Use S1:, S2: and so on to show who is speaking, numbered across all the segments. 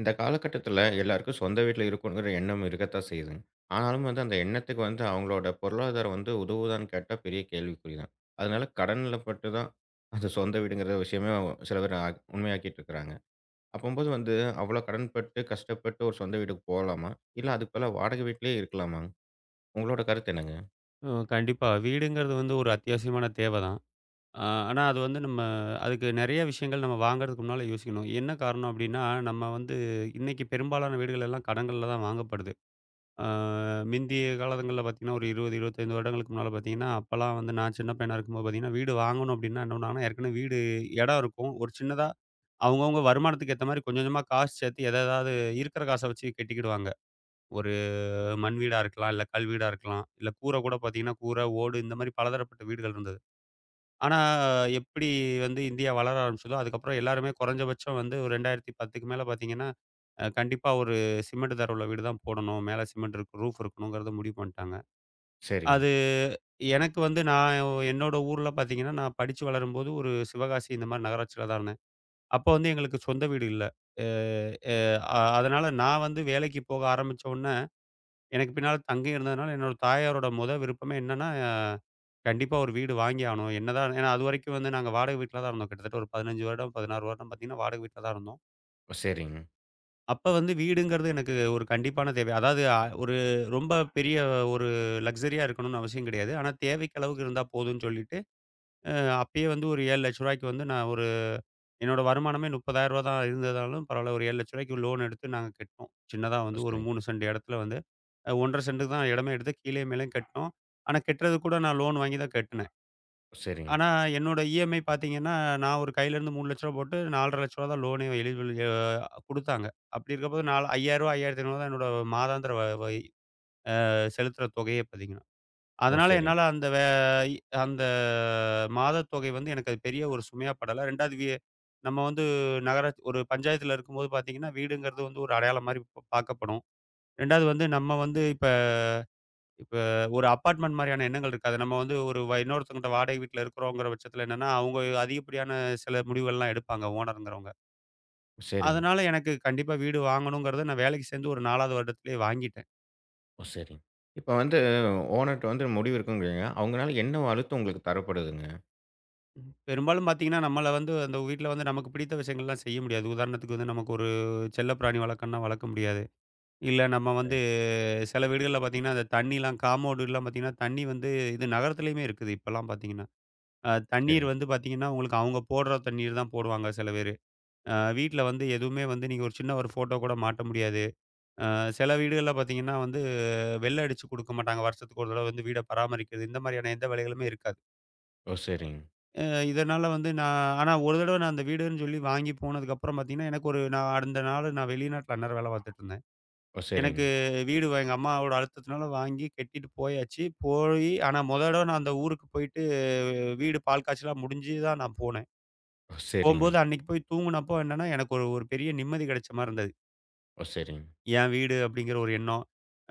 S1: இந்த காலகட்டத்தில எல்லாருக்கும் சொந்த வீட்ல இருக்கணுங்கிற எண்ணம் இருக்கத்தான் செய்யுதுங்க. ஆனாலும் வந்து அந்த எண்ணத்துக்கு வந்து அவங்களோட பொருளாதாரம் வந்து உதவுதான்னு கேட்டா பெரிய கேள்விக்குறி தான். அதனால கடன்ல பட்டு தான் அந்த சொந்த வீடுங்கிற விஷயமே சில பேர் உண்மையாக்கிட்டு இருக்கிறாங்க. அப்பம்போது வந்து அவ்வளோ கடன்பட்டு, கஷ்டப்பட்டு ஒரு சொந்த வீட்டுக்கு போலாமா? இல்ல அதுக்கு பதிலா வாடகை வீட்லயே இருக்கலாமா? உங்களோட கருத்து என்னங்க?
S2: ம். கண்டிப்பா. வீடுங்கிறது வந்து ஒரு அத்தியாவசியமான தேவை தான். அ ஆனா அது வந்து நம்ம அதுக்கு நெறைய விஷயங்கள் நம்ம வாங்குறதுக்கு முன்னால யோசிக்கணும். என்ன காரணம் அப்டின்னா, நம்ம வந்து இன்னைக்கு பெரும்பாலான வீடுகள் எல்லாம் கடன்கள்ல தான் வாங்கப்படுது. அ மிந்திய காலங்கள்ல பார்த்தீங்கன்னா, ஒரு 20, 25 வருடங்களுக்கு முன்னால பார்த்தீங்கன்னா, அப்பலாம் வந்து நான் சின்ன பையனா இருக்கும்போது பார்த்தீங்கன்னா, வீடு வாங்கணும் அப்டின்னா என்ன பண்ணுவாங்கன்னா, ஏற்கனவே வீடு இடம் இருக்கும். ஒரு சின்னதா அவங்கவங்க வருமானத்துக்கு ஏத்த மாரி கொஞ்சம் கொஞ்சமா காசு சேர்த்து எத எதாவது இருக்கிற காச வச்சு கட்டிக்கிடுவாங்க. ஒரு மண் வீடா இருக்கலாம், இல்ல கல் வீடா இருக்கலாம், இல்ல கூரை கூட பார்த்தீங்கன்னா, கூரை, ஓடு இந்த மாரி பலதரப்பட்ட வீடுகள் இருந்தது. ஆனா எப்படி வந்து இந்தியா வளர ஆரம்பிச்சதோ, அதுக்கப்புறம் எல்லாருமே குறைஞ்சபட்சம் வந்து ஒரு 2010க்கு மேல பார்த்தீங்கன்னா, கண்டிப்பா ஒரு சிமெண்ட் தர உள்ள வீடு தான் போடணும். மேல சிமெண்ட் இருக்கும், ரூஃப் இருக்கணுங்கிறத முடிவு பண்ணிட்டாங்க.
S1: சரிங்க.
S2: அது எனக்கு வந்து நான் என்னோட ஊர்ல பார்த்தீங்கன்னா, நான் படிச்சு வளரும்போது ஒரு சிவகாசி இந்த மாரி நகராட்சியில தான் இருந்தேன். அப்போ வந்து எங்களுக்கு சொந்த வீடு இல்ல. அ, அ அதனால நான் வந்து வேலைக்கு போக ஆரம்பிச்ச உடனே எனக்கு பின்னால தங்கை இருந்ததுனால, என்னோட தாயாரோட மொத விருப்பமே என்னன்னா, கண்டிப்பா ஒரு வீடு வாங்கி ஆகணும். என்னதான் ஏன்னா அதுவரைக்கும் வந்து நாங்க வாடகை வீட்ல தான் இருந்தோம். கிட்டத்தட்ட ஒரு 15 வருடம், 16 வருடம் பார்த்தீங்கன்னா, வாடகை வீட்ல தான் இருந்தோம்.
S1: ஓ! சரிங்க.
S2: அப்ப வந்து வீடுங்கிறது எனக்கு ஒரு கண்டிப்பான தேவை. அதாவது ஒரு ரொம்ப பெரிய ஒரு லக்ஸரியா இருக்கணும்னு அவசியம் கிடையாது. ஆனா தேவைக்கு அளவுக்கு இருந்தா போதும்ன்னு சொல்லிட்டு, அ அப்பயே வந்து ஒரு ரூ. 7,00,000க்கு வந்து நான் ஒரு என்னோட வருமானமே ரூ. 30,000 தான் இருந்ததாலும் பரவாயில்ல. ஒரு ரூ. 7,00,000 லோன் எடுத்து நாங்க கட்டுனோம். சின்னதா
S1: ஓ!
S2: வந்து ஒரு
S1: சரிங்க.
S2: 3 சென்ட் இடத்துல வந்து 1 1/2 சென்ட்டுக்கு தான் இடமே எடுத்து கீழயும் மேலயும் கட்டுனோம். ஆனா கட்டுறது கூட நான் லோன் வாங்கி தான் கட்டுனேன்.
S1: ஓ! சரிங்க.
S2: ஆனா என்னோட இஎம்ஐ பார்த்தீங்கன்னா, நான் ஒரு கையிலேருந்து ரூ. 3,00,000 போட்டு ரூ. 4,50,000 தான் லோனே எலிஜிபிள் குடுத்தாங்க. அப்படி இருக்கப்போது நாலு ரூ. 5,000 ரூ. 5,500 தான் என்னோட மாதாந்திர வ வை அ செலுத்துற தொகையே பார்த்தீங்கன்னா.
S1: ஓ!
S2: அதனால
S1: சரிங்க.
S2: என்னால அந்த வே இ அந்த மாதத் தொகை வந்து எனக்கு அது பெரிய ஒரு சுமையா படல. 2வது வி நம்ம வந்து நகர ஒரு பஞ்சாயத்துல இருக்கும்போது பாத்தீங்கன்னா, வீடுங்கிறது வந்து ஒரு அடையாளம் மாரி பார்க்கப்படும். 2வது வந்து நம்ம வந்து இப்ப இப்ப ஒரு அபார்ட்மெண்ட் மாரியான எண்ணங்கள் இருக்காது. நம்ம வந்து ஒரு வ இன்னொருத்தவங்கட்ட வாடகை வீட்ல இருக்கிறோங்கிற பட்சத்துல என்னன்னா, அவங்க அதிகப்படியான சில முடிவுகள்லாம் எடுப்பாங்க ஓனருங்கிறவங்க.
S1: ஓ சரிங்க.
S2: அதனால எனக்கு கண்டிப்பா வீடு வாங்கணுங்கிறத நான் வேலைக்கு சேர்ந்து ஒரு 4வது வருடத்திலேயே வாங்கிட்டேன்.
S1: ஓ! சரிங்க. இப்ப வந்து ஓனர்ட்ட வந்து முடிவு இருக்குங்கிறீங்க. அவங்கனால என்ன அழுத்தம் உங்களுக்கு தரப்படுதுங்க?
S2: பெரும்பாலும் பார்த்தீங்கன்னா, நம்மள வந்து அந்த வீட்ல வந்து நமக்கு பிடித்த விஷயங்கள்லாம் செய்ய முடியாது. உதாரணத்துக்கு வந்து நமக்கு ஒரு செல்லப்பிராணி வளர்க்கணும்னா வளர்க்க முடியாது. இல்ல நம்ம வந்து சில வீடுகள்ல பார்த்தீங்கன்னா, அந்த தண்ணிலாம் காம்பவுண்டுலாம் பார்த்தீங்கன்னா, தண்ணி வந்து இது நகரத்திலயுமே இருக்குது இப்பலாம் பார்த்தீங்கன்னா. தண்ணீர்
S1: சரிங்க.
S2: வந்து பார்த்தீங்கன்னா, உங்களுக்கு அவங்க போடுற தண்ணீர் தான் போடுவாங்க சில பேரு. அ வீட்ல வந்து எதுவுமே வந்து நீங்க ஒரு சின்ன ஒரு ஃபோட்டோ கூட மாட்ட முடியாது. அ சில வீடுகள்ல பார்த்தீங்கன்னா வந்து வெள்ள அடிச்சு குடுக்க மாட்டாங்க. வருஷத்துக்கு ஒரு தடவ வந்து வீட பராமரிக்கிறது. இந்த மாதிரியான எந்த வேலைகளுமே இருக்காது.
S1: ஓ! சரிங்க.
S2: அ இதனால வந்து நான் ஆனா ஒரு தடவ நான் அந்த வீடுன்னு சொல்லி வாங்கி போனதுக்கப்புறம் பார்த்தீங்கன்னா, எனக்கு ஒரு நான் அந்த நாள் நான் வெளிநாட்ல அந்நேரம் வேலை பார்த்துட்டுருந்தேன்.
S1: ஓ!
S2: எனக்கு
S1: சரிங்க.
S2: வீடு வ எங்க அம்மாவோட அழுத்தத்தினால வாங்கி கட்டிட்டு போயாச்சு. போயி ஆனா மொத தடவ நான் அந்த ஊருக்கு போயிட்டு வீடு பால் காய்ச்சலாம் முடிஞ்சு தான் நான் போனேன்.
S1: ஓ! சரிங்க.
S2: போம்போது அன்னைக்கு போய் தூங்குனப்போ என்னன்னா, எனக்கு ஒரு ஒரு பெரிய நிம்மதி கிடைச்ச மாரி இருந்தது.
S1: ஓ! சரிங்க.
S2: என் வீடு அப்படிங்கிற ஒரு எண்ணம்.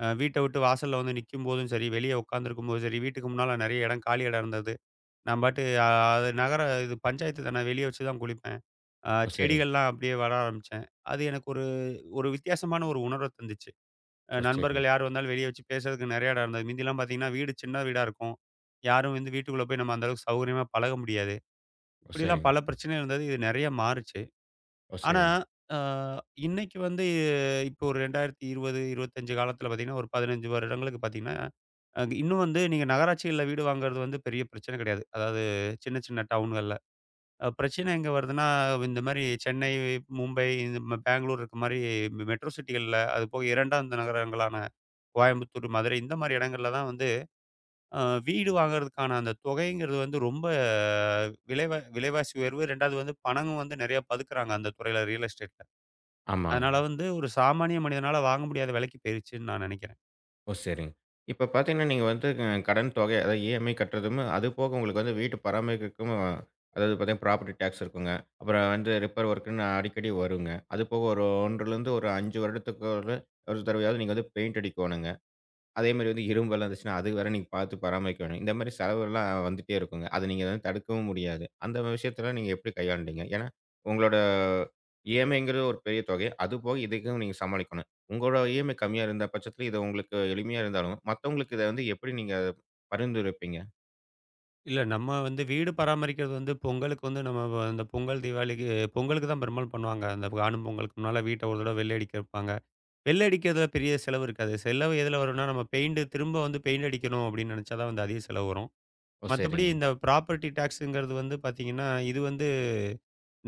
S2: வீட்ட விட்டு வாசல்ல வந்து நிக்கும்போதும் சரி, வெளிய உட்காந்துருக்கும்போதும் சரி, வீட்டுக்கு முன்னால நெறைய இடம், காலி இடம் இருந்தது. நான் பாட்டு அ அது நகர இது பஞ்சாயத்து தானே வெளிய வச்சு தான் குளிப்பேன்.
S1: ஓ! சரிங்க.
S2: செடிகள்லாம் அப்படியே வர ஆரம்பிச்சேன். அது எனக்கு ஒரு ஒரு வித்தியாசமான ஒரு உணர்வ தந்துச்சு.
S1: ஓ! சரிங்க.
S2: நண்பர்கள் யார் வந்தாலும் வெளிய வச்சு பேசுறதுக்கு நெறைய இடம் இருந்தது. மிந்திலாம் பார்த்தீங்கன்னா, வீடு சின்ன வீடா இருக்கும். யாரும் வந்து வீட்டுக்குள்ள போய் நம்ம அந்த அளவுக்கு சௌகரியமா பழக முடியாது.
S1: ஓ!
S2: இப்படிலாம்
S1: சரிங்க.
S2: பல பிரச்சனை இருந்தது. இது நெறைய மாறுச்சு.
S1: ஓ!
S2: ஆனா,
S1: சரிங்க.
S2: அ இன்னைக்கு வந்து இப்போ ஒரு 2020, 25 காலத்துல பார்த்தீங்கன்னா, ஒரு 15 வருடங்களுக்கு பார்த்தீங்கன்னா, இன்னும் வந்து நீங்க நகராட்சிகள்ல வீடு வாங்குறது வந்து பெரிய பிரச்சனை கிடையாது. அதாவது சின்ன சின்ன டவுன்கள் பிரச்சனை எங்க வருதுன்னா, இந்த மாரி சென்னை, மும்பை, இந்த ம பெங்களூர் இருக்க மாரி மெட்ரோ சிட்டிகள்ல, அது போக 2ம் நகரங்களான கோயம்புத்தூர், மதுரை இந்த மாரி இடங்கள்ல தான் வந்து அ வீடு வாங்குறதுக்கான அந்த தொகைங்கிறது வந்து ரொம்ப விலைவாசி உயர்வு. 2வது வந்து பணமும் வந்து நெறையா பதுக்குறாங்க அந்த துறையில ரியல் எஸ்டேட்ல.
S1: ஆமாங்க.
S2: அதனால வந்து ஒரு சாமானிய மனிதனால வாங்க முடியாத விலைக்கு போயிருச்சுன்னு நான் நெனைக்கிறேன்.
S1: ஓ! சரிங்க. இப்ப பார்த்தீங்கன்னா, நீங்க வந்து கடன் தொகை, அதாவது இஎம்ஐ கட்டுறதும், அது போக உங்களுக்கு வந்து வீட்டு பராமரிப்புக்கும், அதாவது பார்த்தீங்கன்னா, ப்ராப்பர்ட்டி டாக்ஸ் இருக்குங்க. அப்புறம் வந்து ரிப்பேர் ஒர்க்குன்னு அடிக்கடி வருங்க. அது போக ஒரு 1 1/2 ஒரு 5 வருடத்துக்கு ஒரு ஒரு தடவையாவது நீங்க வந்து பெயிண்ட் அடிக்கோணுங்க. அதே மாரி வந்து இரும்பெல்லாம் இருந்துச்சுன்னா, அது வேற நீங்க பார்த்து பராமரிக்க வேணும். இந்த மாரி செலவுகள்லாம் வந்துட்டே இருக்குங்க. அத நீங்க வந்து தடுக்கவும் முடியாது. அந்த விஷயத்தலாம் நீங்க எப்படி கையாண்டீங்க? ஏன்னா, உங்களோட இஎம்ஐங்கிறது ஒரு பெரிய தொகை. அதுபோக இதுக்கும் நீங்க சமாளிக்கணும். உங்களோட இஎம்ஐ கம்மியா இருந்த பட்சத்தில இது உங்களுக்கு எளிமையா இருந்தாலும், மத்தவங்களுக்கு இத வந்து எப்படி நீங்க அதை பரிந்துரைப்பீங்க?
S2: இல்ல நம்ம வந்து வீடு பராமரிக்கிறது வந்து பொங்கலுக்கு வந்து நம்ம அந்த பொங்கல், தீபாவளிக்கு பொங்கலுக்கு தான் பெரும்பாலும் பண்ணுவாங்க. அந்த காணும் பொங்கலுக்கு முன்னால வீட்ட ஒரு தடவ வெள்ளை அடிக்க வைப்பாங்க. வெள்ள அடிக்கிறதுல பெரிய செலவு இருக்காது. செலவு எதுல வரும்னா, நம்ம பெயிண்ட் திரும்ப வந்து பெயிண்ட் அடிக்கணும் அப்படின்னு நெனச்சா தான் வந்து அதிக செலவு வரும்.
S1: ஓ!
S2: மத்தபடி
S1: சரிங்க.
S2: இந்த ப்ராப்பர்ட்டி டாக்ஸுங்கிறது வந்து பாத்தீங்கன்னா, இது வந்து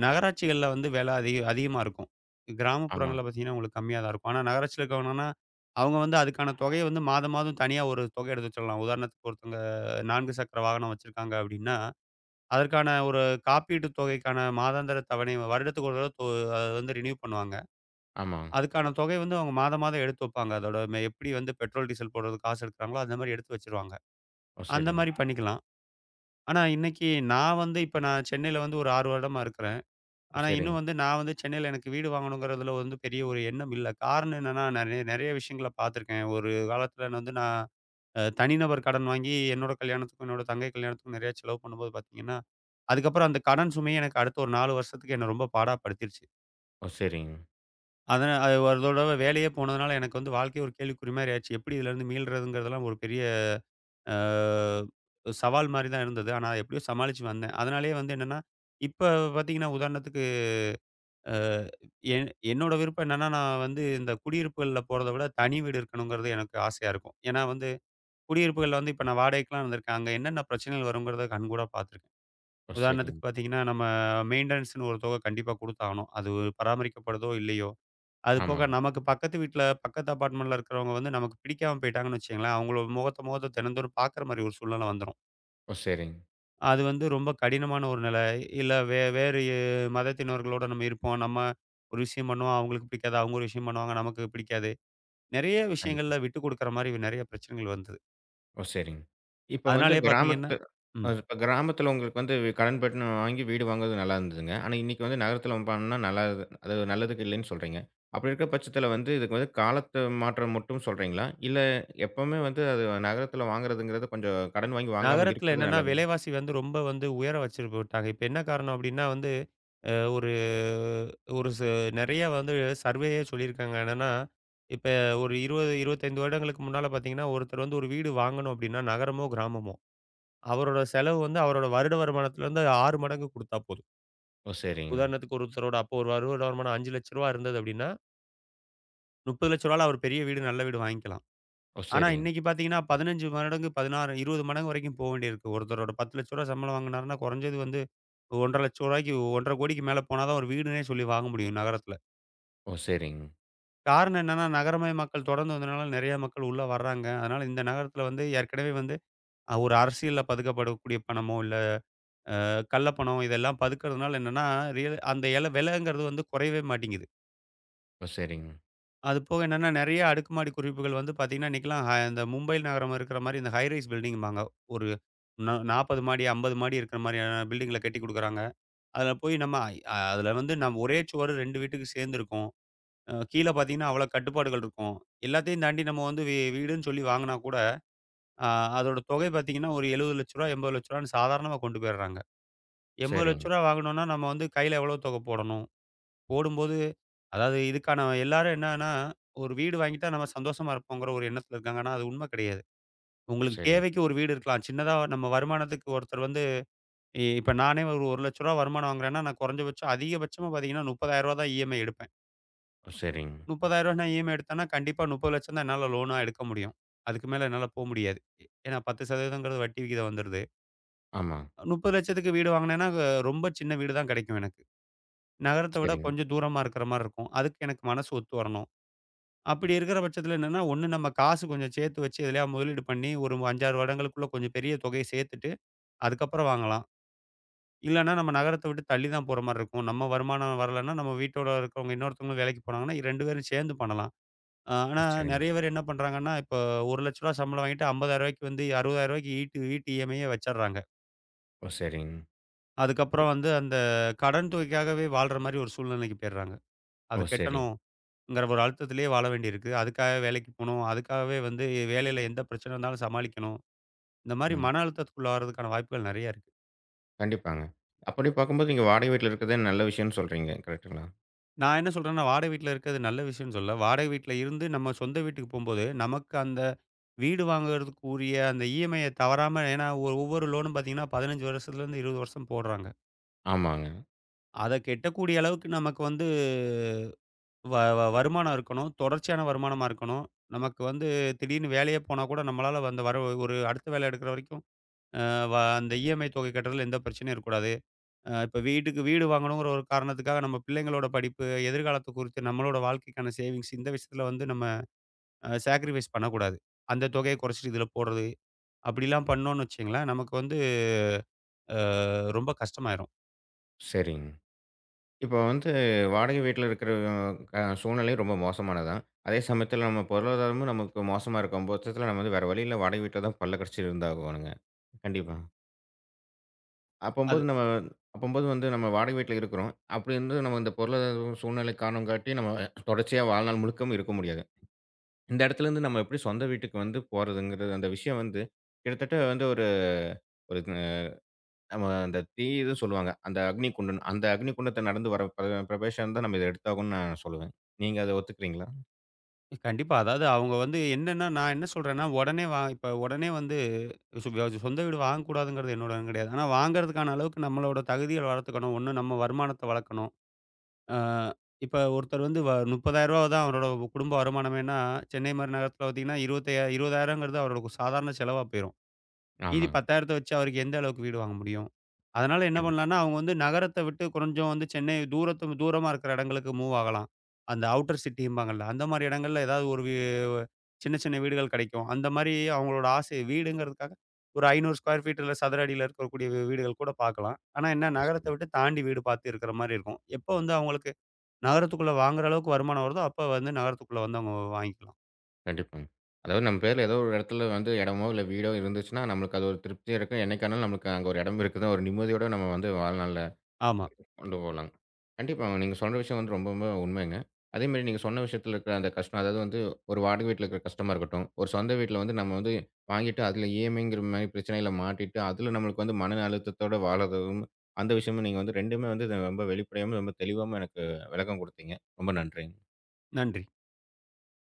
S2: நகராட்சிகள்ல வந்து வெல அதிகமா இருக்கும்.
S1: ஆமா,
S2: கிராமப்புறங்கள்ல பாத்தீங்கன்னா, உங்களுக்கு கம்மியா தான் இருக்கும். ஆனா நகராட்சியில இருக்கவங்கன்னா, அவங்க வந்து அதுக்கான தொகைய வந்து மாதம், மாதம் தனியா ஒரு தொகை எடுத்து வச்சிடலாம். உதாரணத்துக்கு ஒருத்தவங்க 4 சக்கர வாகனம் வச்சிருக்காங்க அப்படின்னா, அதற்கான ஒரு காப்பீட்டு தொகைக்கான மாதாந்திர தவணை வருடத்துக்கு ஒரு தடவ அது வந்து ரினியூ பண்ணுவாங்க.
S1: ஆமா.
S2: அதுக்கான தொகை வந்து அவங்க மாதம் மாதம் எடுத்து வைப்பாங்க. அதோட எப்படி வந்து பெட்ரோல், டீசல் போடுறதுக்கு காசு எடுக்குறாங்களோ, அந்த மாரி எடுத்து வச்சுருவாங்க.
S1: ஓ!
S2: அந்த
S1: சரிங்க,
S2: மாரி பண்ணிக்கலாம். ஆனா இன்னைக்கு நான் வந்து இப்ப நான் சென்னையில வந்து ஒரு 6 வருடமா இருக்கிறேன்.
S1: ஓ!
S2: ஆனா இன்னும்
S1: சரிங்க,
S2: வந்து நான் வந்து சென்னையில எனக்கு வீடு வாங்கணுங்கிறதுல வந்து பெரிய ஒரு எண்ணம் இல்ல. காரணம் என்னன்னா, நெறைய நெறைய விஷயங்கள பார்த்துருக்கேன். ஒரு காலத்துல வந்து நான் தனிநபர் கடன் வாங்கி என்னோட கல்யாணத்துக்கும், என்னோட தங்கை கல்யாணத்துக்கும் நெறைய செலவு பண்ணும்போது பார்த்தீங்கன்னா, அதுக்கப்புறம் அந்த கடன் சுமையே எனக்கு அடுத்த ஒரு 4 வருஷத்துக்கு என்ன ரொம்ப பாடா படுத்திருச்சு.
S1: ஓ! சரிங்க,
S2: அதனா அது ஒரு தடவ வேலையே போனதுனால எனக்கு வந்து வாழ்க்கையே ஒரு கேள்விக்குறி மாரி ஆயிருச்சு. எப்படி இதுலேருந்து மீள்றதுங்கிறதெல்லாம் ஒரு பெரிய அ சவால் மாரி தான் இருந்தது. ஆனா, எப்படியோ சமாளிச்சு வந்தேன். அதனாலேயே வந்து என்னன்னா, இப்ப பார்த்தீங்கன்னா, உதாரணத்துக்கு அ என்னோட விருப்பம் என்னன்னா, நான் வந்து இந்த குடியிருப்புகள்ல போறத விட தனி வீடு இருக்கணுங்கிறது எனக்கு ஆசையா இருக்கும். ஏன்னா வந்து குடியிருப்புகள்ல வந்து இப்ப நான் வாடகைக்குலாம் இருந்திருக்கேன். அங்க என்னென்ன பிரச்சனைகள் வருங்கிறத கண்கூடா பார்த்துருக்கேன்.
S1: ஓ! சரிங்க,
S2: உதாரணத்துக்கு
S1: ஓ! சரிங்க.
S2: பார்த்தீங்கன்னா, நம்ம மெயின்டனன்ஸ்ன்னு ஒரு தொகை கண்டிப்பா குடுத்தாகணும். அது பராமரிக்கப்படுதோ இல்லையோ! அது போக
S1: ஆமாங்க.
S2: நமக்கு பக்கத்து வீட்ல, பக்கத்து அபார்ட்மெண்ட்ல இருக்கிறவங்க வந்து நமக்கு பிடிக்காம போயிட்டாங்கன்னு வச்சுக்கங்களேன், அவங்களோட முகத்த முகத்த தினந்தோறும் பார்க்குற மாரி ஒரு சூழ்நிலை வந்துரும்.
S1: ஓ! சரிங்க.
S2: அது வந்து ரொம்ப கடினமான ஒரு நிலை. இல்ல வே வேறு எ மதத்தினர்களோட நம்ம இருப்போம். நம்ம ஒரு விஷயம் பண்ணுவோம், அவங்களுக்கு பிடிக்காது. அவங்க ஒரு விஷயம் பண்ணுவாங்க, நமக்கு பிடிக்காது. நெறைய
S1: கண்டிப்பா.
S2: விஷயங்கள்ல விட்டு குடுக்குற மாரி நெறைய பிரச்சனைகள் வந்தது.
S1: ஓ! சரிங்க. இப்ப வந்து
S2: அதனாலயே பார்த்தீங்கன்னா
S1: கிராமத்து அ
S2: ம்.
S1: இப்ப கிராமத்தில உங்களுக்கு வந்து கடன் பட்டுன்னு வாங்கி வீடு வாங்குறது நல்லா இருந்ததுங்க. ஆனா, இன்னைக்கு வந்து நகரத்தில பண்ணா நல்லா இது அது நல்லதுக்கு இல்லைன்னு சொல்றீங்க. அப்படி இருக்க பட்சத்தில வந்து இதுக்கு வந்து காலத்து மாற்றம் மட்டும் சொல்றீங்களா? இல்ல எப்பவுமே வந்து அது நகரத்தில வாங்குறதுங்கிறது கொஞ்சம் கடன் வாங்கி வாங்காம
S2: நகரத்தில
S1: இருக்கிறது
S2: என்னன்னா
S1: நல்லதுங்க.
S2: விலைவாசி வந்து ரொம்ப வந்து உயர வச்சுட்டு போயிட்டாங்க. இப்ப என்ன காரணம் அப்டின்னா வந்து அ ஒரு ஒரு ச நெறைய வந்து சர்வேயே சொல்லியிருக்காங்க. என்னன்னா, இப்ப ஒரு 20, 25 வருடங்களுக்கு முன்னால பார்த்தீங்கன்னா, ஒருத்தர் வந்து ஒரு வீடு வாங்கணும் அப்டின்னா, நகரமோ, கிராமமோ, அவரோட செலவு வந்து அவரோட வருட வருமானத்திலருந்து 6 மடங்கு குடுத்தா போதும்.
S1: ஓ! சரிங்க.
S2: உதாரணத்துக்கு ஒருத்தரோட அப்போ ஒரு வருட வருமானம் ரூ. 5,00,000 இருந்தது அப்டின்னா, ரூ. 30,00,000 அவர் பெரிய வீடு, நல்ல வீடு வாங்கிக்கலாம்.
S1: ஓ!
S2: ஆனா
S1: சரிங்க.
S2: இன்னைக்கு பார்த்தீங்கன்னா, 15 மடங்கு, 16 20 மடங்கு வரைக்கும் போ வேண்டியிருக்கு. ஒருத்தரோட ரூ. 10,00,000 சம்பளம் வாங்குனாருன்னா, குறைஞ்சது வந்து ரூ. 1,50,000க்கு மேல போனா தான் ஒரு வீடுன்னே சொல்லி வாங்க முடியும் நகரத்தில.
S1: ஓ! சரிங்க.
S2: காரணம் என்னன்னா, நகரமயமாக்கல் தொடர்ந்து வந்ததுனால நெறைய மக்கள் உள்ள வர்றாங்க. அதனால இந்த நகரத்தில வந்து ஏற்கனவே வந்து ஒரு அரசியல்ல பதுக்கப்படக்கூடிய பணமோ, இல்ல கள்ள பணம் இதெல்லாம் பதுக்கிறதுனால என்னன்னா, ரியல் அந்த எல விலைங்கிறது வந்து குறையவே மாட்டேங்குது.
S1: ஓ! சரிங்க.
S2: அது போக என்னன்னா, நெறைய அடுக்குமாடி குடியிருப்புகள் வந்து பார்த்தீங்கன்னா, இன்னைக்கெல்லாம் இந்த மும்பை நகரம் இருக்கிற மாரி இந்த ஹை ரைஸ் பில்டிங்பாங்க. ஒரு நா 40 மாடி, 50 மாடி இருக்கிற மாரியான பில்டிங்ல கட்டிக் குடுக்குறாங்க. அதில போய் நம்ம அதில வந்து நம்ம ஒரே சுவரு 2 வீட்டுக்கு சேர்ந்திருக்கும். கீழ பார்த்தீங்கன்னா, அவ்வளோ கட்டுப்பாடுகள் இருக்கும். எல்லாத்தையும் தாண்டி நம்ம வந்து வீடுன்னு சொல்லி வாங்குனா கூட, அ அதோட தொகை பார்த்தீங்கன்னா, ஒரு ரூ. 70,00,000 ரூ. 80,00,000ன்னு சாதாரணமா கொண்டு போயிடுறாங்க. ரூ.
S1: சரிங்க.
S2: 80,00,000 வாங்கணும்னா, நம்ம வந்து கையில எவ்வளோ தொகை போடணும்? போடும்போது அதாவது இதுக்கான எல்லாரும் என்னன்னா, ஒரு வீடு வாங்கிட்டா நம்ம சந்தோஷமா இருப்போங்கிற ஒரு எண்ணத்துல இருக்காங்க. ஆனா, அது உண்மை கிடையாது.
S1: ஓ!
S2: உங்களுக்கு
S1: சரிங்க.
S2: தேவைக்கு ஒரு வீடு இருக்கலாம். சின்னதா நம்ம வருமானத்துக்கு ஒருத்தர் வந்து இப்ப நானே ஒரு ரூ. 1,00,000 வருமானம் வாங்குறேன்னா, நான் குறைஞ்சபட்சம் அதிகபட்சமா பார்த்தீங்கன்னா, ரூ. 30,000 தான் இஎம்ஐ எடுப்பேன்.
S1: ஓ! சரிங்க.
S2: ரூ. 30,000 நான் இஎம்ஐ எடுத்தேன்னா, கண்டிப்பா 30,00,000 தான் என்னால லோனா எடுக்க முடியும். அதுக்கு மேல என்னால போ முடியாது. ஏன்னா 10% வட்டி விகிதம் வந்துருது.
S1: ஆமா.
S2: 30,00,000க்கு வீடு வாங்குனேன்னா, ரொம்ப சின்ன வீடு தான் கிடைக்கும் எனக்கு. நகரத்த விட
S1: சரிங்க.
S2: கொஞ்சம் தூரமா இருக்கிற மாரி இருக்கும். அதுக்கு எனக்கு மனசு ஒத்து வரணும். அப்படி இருக்கிற பட்சத்தில என்னன்னா, ஒண்ணு நம்ம காசு கொஞ்சம் சேர்த்து வச்சு எதுலயா முதலீடு பண்ணி, ஒரு 5, 6 வருடங்களுக்குள்ள கொஞ்சம் பெரிய தொகைய சேர்த்துட்டு, அதுக்கப்புறம் வாங்கலாம். இல்லன்னா நம்ம நகரத்த விட்டு தள்ளி தான் போற மாரி இருக்கும். நம்ம வருமானம் வரலன்னா, நம்ம வீட்டோட இருக்கிறவங்க இன்னொருத்தவங்க வேலைக்கு போனாங்கன்னா, 2 பேரும் சேர்ந்து பண்ணலாம்.
S1: ஓ!
S2: ஆனா
S1: சரிங்க.
S2: நெறைய பேர் என்ன பண்றாங்கன்னா, இப்போ ரூ. 1,00,000 சம்பளம் வாங்கிட்டு ரூ. 50,000க்கு வந்து ரூ. 60,000க்கு ஈட்டு வீட்டு இஎம்ஐயே வச்சர்றாங்க.
S1: ஓ! சரிங்க.
S2: அதுக்கப்புறம்
S1: இப்
S2: வந்து அந்த கடன் தொகைக்காகவே வாழ்ற மாரி ஒரு சூழ்நிலைக்கு போயிர்றாங்க. அது
S1: ஓ! சரிங்க.
S2: கட்டணுங்கிற ஒரு அழுத்தத்திலேயே வாழ வேண்டியிருக்கு. அதுக்காக வேலைக்கு போணும். அதுக்காகவே வந்து வேலையில எந்த பிரச்சனை இருந்தாலும் சமாளிக்கணும். இந்த மாரி
S1: ம்.
S2: மன அழுத்தத்துக்குள்ளாகுறதுக்கான வாய்ப்புகள் நெறைய இருக்கு.
S1: கண்டிப்பாங்க. அப்படி பார்க்கும்போது நீங்க வாடகை வீட்ல இருக்கிறதே நல்ல விஷயம்னு சொல்றீங்க. கரெக்ட்டுங்களா?
S2: நான் என்ன சொல்றேன்னா, வாடகை வீட்ல இருக்கிறது நல்ல விஷயம்ன்னு சொல்லல. வாடகை வீட்ல இருந்து நம்ம சொந்த வீட்டுக்கு போம்போது, நமக்கு அந்த வீடு வாங்குறதுக்கு உரிய அந்த இஎம்ஐய தவறாம ஏன்னா ஒரு ஒவ்வொரு லோனும் பார்த்தீங்கன்னா, 15 வருஷத்துலேருந்து 20 வருஷம் போடுறாங்க.
S1: ஆமாங்க.
S2: அத கெட்டக்கூடிய அளவுக்கு நமக்கு வந்து வ வ வருமானம் இருக்கணும். தொடர்ச்சியான வருமானமா இருக்கணும். நமக்கு வந்து திடீர்னு வேலையே போனா கூட நம்மளால அந்த ஒரு அடுத்த வேலை எடுக்கிற வரைக்கும், அ வ அந்த இஎம்ஐ தொகை கட்டுறதுல எந்த பிரச்சனையும் இருக்கக்கூடாது. இப்ப வீட்டுக்கு வீடு வாங்கணுங்கிற ஒரு காரணத்துக்காக நம்ம பிள்ளைங்களோட படிப்பு, எதிர்காலத்த குறித்து நம்மளோட வாழ்க்கைக்கான சேவிங்ஸ் இந்த விஷயத்துல வந்து நம்ம சாக்ரிஃபைஸ் பண்ணக்கூடாது. அந்த தொகைய குறைச்சுட்டு இதுல போடுறது. அப்படிலாம் பண்ணோம்னு வச்சுக்கங்களேன், நமக்கு வந்து அ ரொம்ப கஷ்டமாயிரும்.
S1: சரிங்க. இப்போ வந்து வாடகை வீட்ல இருக்கிற சூழ்நிலை ரொம்ப மோசமானது தான். அதே சமயத்தில நம்ம பொருளாதாரமும் நமக்கு மோசமா இருக்கும் பட்சத்தில நம்ம வந்து வேற வழி இல்ல வாடகை வீட்ல தான் பல்ல கடிச்சு இருந்தாகணுங்க. கண்டிப்பா.
S2: அது
S1: அப்பம்போது நம்ம அப்பம்போது வந்து நம்ம வாடகை வீட்ல இருக்கிறோம். அப்படி இருந்து நம்ம இந்த பொருளாதார சூழ்நிலை காரணம் காட்டி நம்ம தொடர்ச்சியா வாழ்நாள் முழுக்கவும் இருக்க முடியாது. இந்த இடத்துலேருந்து நம்ம எப்படி சொந்த வீட்டுக்கு வந்து போறதுங்கிறது அந்த விஷயம் வந்து கிட்டத்தட்ட வந்து ஒரு ஒரு நம்ம அந்த தீ இது சொல்லுவாங்க. அந்த அக்னி குண்டன். அந்த அக்னி குண்டத்த நடந்து வர பிரவேசம் தான் நம்ம இத எடுத்தாகும்னு நான் சொல்லுவேன். நீங்க அத ஒத்துக்கிறீங்களா?
S2: கண்டிப்பா. அதாவது அவங்க வந்து என்னன்னா நான் என்ன சொல்றேன்னா, உடனே வா இப்ப உடனே வந்து சொ சொந்த வீடு வாங்கக்கூடாதுங்கிறது என்னோட எண்ணம் கிடையாது. ஆனா வாங்குறதுக்கான அளவுக்கு நம்மளோட தகுதிகள் வளர்த்துக்கணும். ஒண்ணு நம்ம வருமானத்த வளர்க்கணும். ஆ இப்ப ஒருத்தர் வந்து ரூ. 30,000 தான் அவரோட குடும்ப வருமானமேன்னா, சென்னை மாரி நகரத்தில பார்த்தீங்கன்னா, 25 20,000ங்கிறது அவரோட ஒரு சாதாரண செலவா போயிரும். மீதி
S1: ஆமாங்க.
S2: 10,000த்த வச்சு அவருக்கு எந்த அளவுக்கு வீடு வாங்க முடியும்? அதனால என்ன
S1: கண்டிப்பா.
S2: பண்ணலான்னா, அவங்க வந்து நகரத்த விட்டு கொஞ்சம் வந்து சென்னை தூரத்து தூரமா இருக்கிற இடங்களுக்கு மூவ் ஆகலாம். அந்த அவுட்டர் சிட்டிம்பாங்கல்ல. அந்த மாரி இடங்கள்ல ஏதாவது ஒரு சின்ன சின்ன வீடுகள் கிடைக்கும். அந்த மாரி அவங்களோட ஆசை வீடுங்கிறதுக்காக ஒரு 500 ஸ்கொயர் ஃபீட் இல்ல சதுர அடியில இருக்கக்கூடிய வீடுகள் கூட பார்க்கலாம். ஆனா என்ன நகரத்த
S1: சொல்லுங்க.
S2: விட்டு தாண்டி வீடு பார்த்து இருக்கிற மாரி இருக்கும். எப்போ வந்து அவங்களுக்கு நகரத்துக்குள்ள வாங்குற அளவுக்கு வருமானம் வருதோ, அப்ப வந்து நகரத்துக்குள்ள வந்து அவங்க வாங்கிக்கலாம்.
S1: கண்டிப்பாங்க. அதாவது நம்ம பேர்ல ஏதோ ஒரு இடத்துல வந்து இடமோ, இல்ல வீடோ இருந்துச்சுன்னா, நம்மளுக்கு அது ஒரு திருப்தியா இருக்கும். என்னைக்கானாலும் நம்மளுக்கு அங்க ஒரு இடம் இருக்குதா, ஒரு நிம்மதியோட நம்ம வந்து வாழ்நாள்ல
S2: ஆமா.
S1: கொண்டு போலாங்க. கண்டிப்பாங்க. நீங்க சொல்ற விஷயம் வந்து ரொம்பவுமே உண்மைங்க. அதேமாரி நீங்க சொன்ன விஷயத்துல இருக்கிற அந்த கஷ்டம், அதாவது வந்து ஒரு வாடகை வீட்ல இருக்கிற கஷ்டமா இருக்கட்டும், ஒரு சொந்த வீட்ல வந்து நம்ம வந்து வாங்கிட்டு அதுல இஎம்ஐங்கிற மாரி பிரச்சனையில மாட்டிட்டு, அதுல நம்மளுக்கு வந்து மன அழுத்தத்தோட வாழறதும், அந்த விஷயமும் நீங்க வந்து 2மே வந்து இதை ரொம்ப வெளிப்படையாவும், ரொம்ப தெளிவாவும் எனக்கு விளக்கம் குடுத்தீங்க. ரொம்ப நன்றிங்க.
S2: நன்றி.